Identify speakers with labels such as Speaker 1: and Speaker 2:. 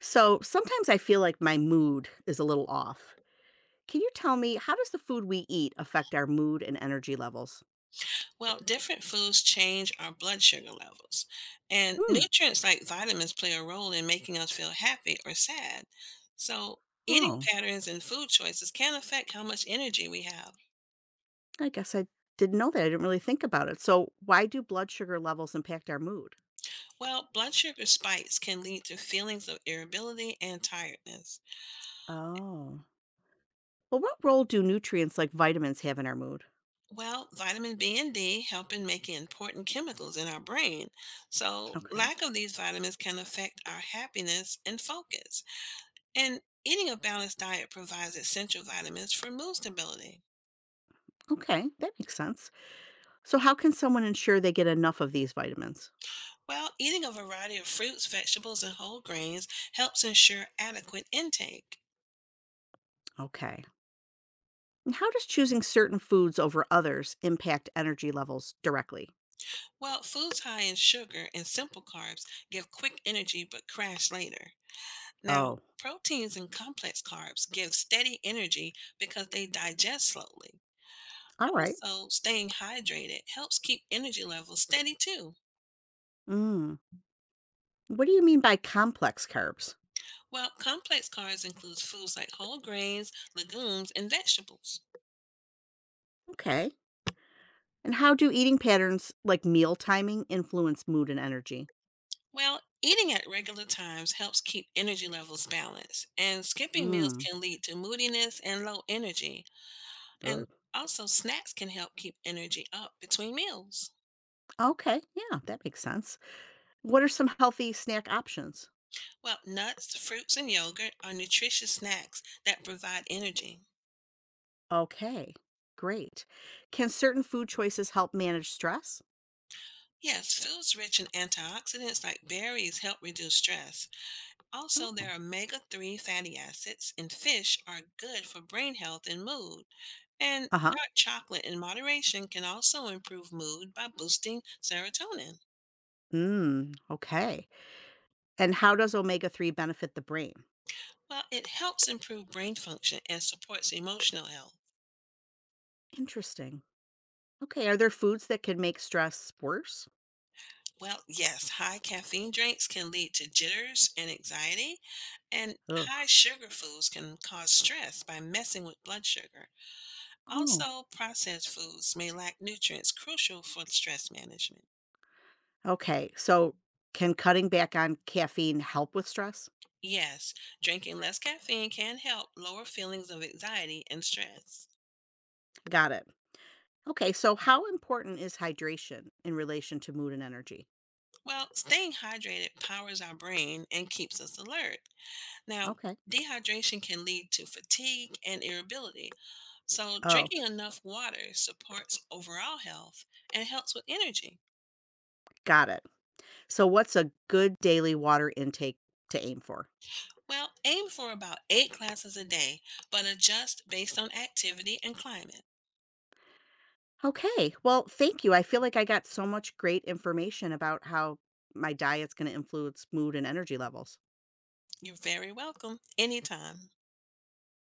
Speaker 1: So sometimes I feel like my mood is a little off. Can you tell me how does the food we eat affect our mood and energy levels?
Speaker 2: Well, different foods change our blood sugar levels, and
Speaker 1: Hmm.
Speaker 2: nutrients like vitamins play a role in making us feel happy or sad. So, eating
Speaker 1: Oh,
Speaker 2: patterns and food choices can affect how much energy we have.
Speaker 1: I guess I didn't know that. I didn't really think about it. So why do blood sugar levels impact our mood?
Speaker 2: Well, blood sugar spikes can lead to feelings of irritability and tiredness.
Speaker 1: Oh. Well, what role do nutrients like vitamins have in our mood?
Speaker 2: Well, vitamin B and D help in making important chemicals in our brain. So,
Speaker 1: Okay.
Speaker 2: lack of these vitamins can affect our happiness and focus. And eating a balanced diet provides essential vitamins for mood stability.
Speaker 1: Okay, that makes sense. So how can someone ensure they get enough of these vitamins?
Speaker 2: While eating a variety of fruits, vegetables, and whole grains helps ensure adequate intake.
Speaker 1: Okay. And how does choosing certain foods over others impact energy levels directly?
Speaker 2: Well, foods high in sugar and simple carbs give quick energy but crash later. Now,
Speaker 1: Oh,
Speaker 2: proteins and complex carbs give steady energy because they digest slowly.
Speaker 1: all right.
Speaker 2: Also, staying hydrated helps keep energy levels steady too.
Speaker 1: What do you mean by complex carbs?
Speaker 2: Well, complex carbs include foods like whole grains, legumes, and vegetables.
Speaker 1: Okay. And how do eating patterns like meal timing influence mood and energy?
Speaker 2: Well, eating at regular times helps keep energy levels balanced, and skipping meals
Speaker 1: Mm.
Speaker 2: can lead to moodiness and low energy. And
Speaker 1: Ugh.
Speaker 2: also, snacks can help keep energy up between meals.
Speaker 1: Okay. Yeah, that makes sense. What are some healthy snack options?
Speaker 2: Well, nuts, fruits, and yogurt are nutritious snacks that provide energy.
Speaker 1: Okay. Great. Can certain food choices help manage stress?
Speaker 2: Yes, foods rich in antioxidants like berries help reduce stress. Also,
Speaker 1: Oh.
Speaker 2: their omega 3 fatty acids in fish are good for brain health and mood. And
Speaker 1: Uh-huh.
Speaker 2: dark chocolate in moderation can also improve mood by boosting serotonin.
Speaker 1: Mm. Okay. And how does omega-3 benefit the brain?
Speaker 2: Well, it helps improve brain function and supports emotional health.
Speaker 1: Interesting. Okay. Are there foods that can make stress worse?
Speaker 2: Well, yes, high caffeine drinks can lead to jitters and anxiety, and
Speaker 1: Ugh.
Speaker 2: high sugar foods can cause stress by messing with blood sugar.
Speaker 1: Oh.
Speaker 2: Also, processed foods may lack nutrients crucial for stress management.
Speaker 1: Okay, so can cutting back on caffeine help with stress?
Speaker 2: Yes, drinking less caffeine can help lower feelings of anxiety and stress.
Speaker 1: Got it. Okay, so how important is hydration in relation to mood and energy?
Speaker 2: Well, staying hydrated powers our brain and keeps us alert. Now,
Speaker 1: Okay.
Speaker 2: dehydration can lead to fatigue and irritability, so
Speaker 1: Oh,
Speaker 2: drinking enough water supports overall health and helps with energy.
Speaker 1: got it. So, what's a good daily water intake to aim for?
Speaker 2: Well, aim for about eight classes a day, but adjust based on activity and climate.
Speaker 1: Okay, well, thank you. I feel like I got so much great information about how my diet's going to influence mood and energy levels.
Speaker 2: You're very welcome anytime.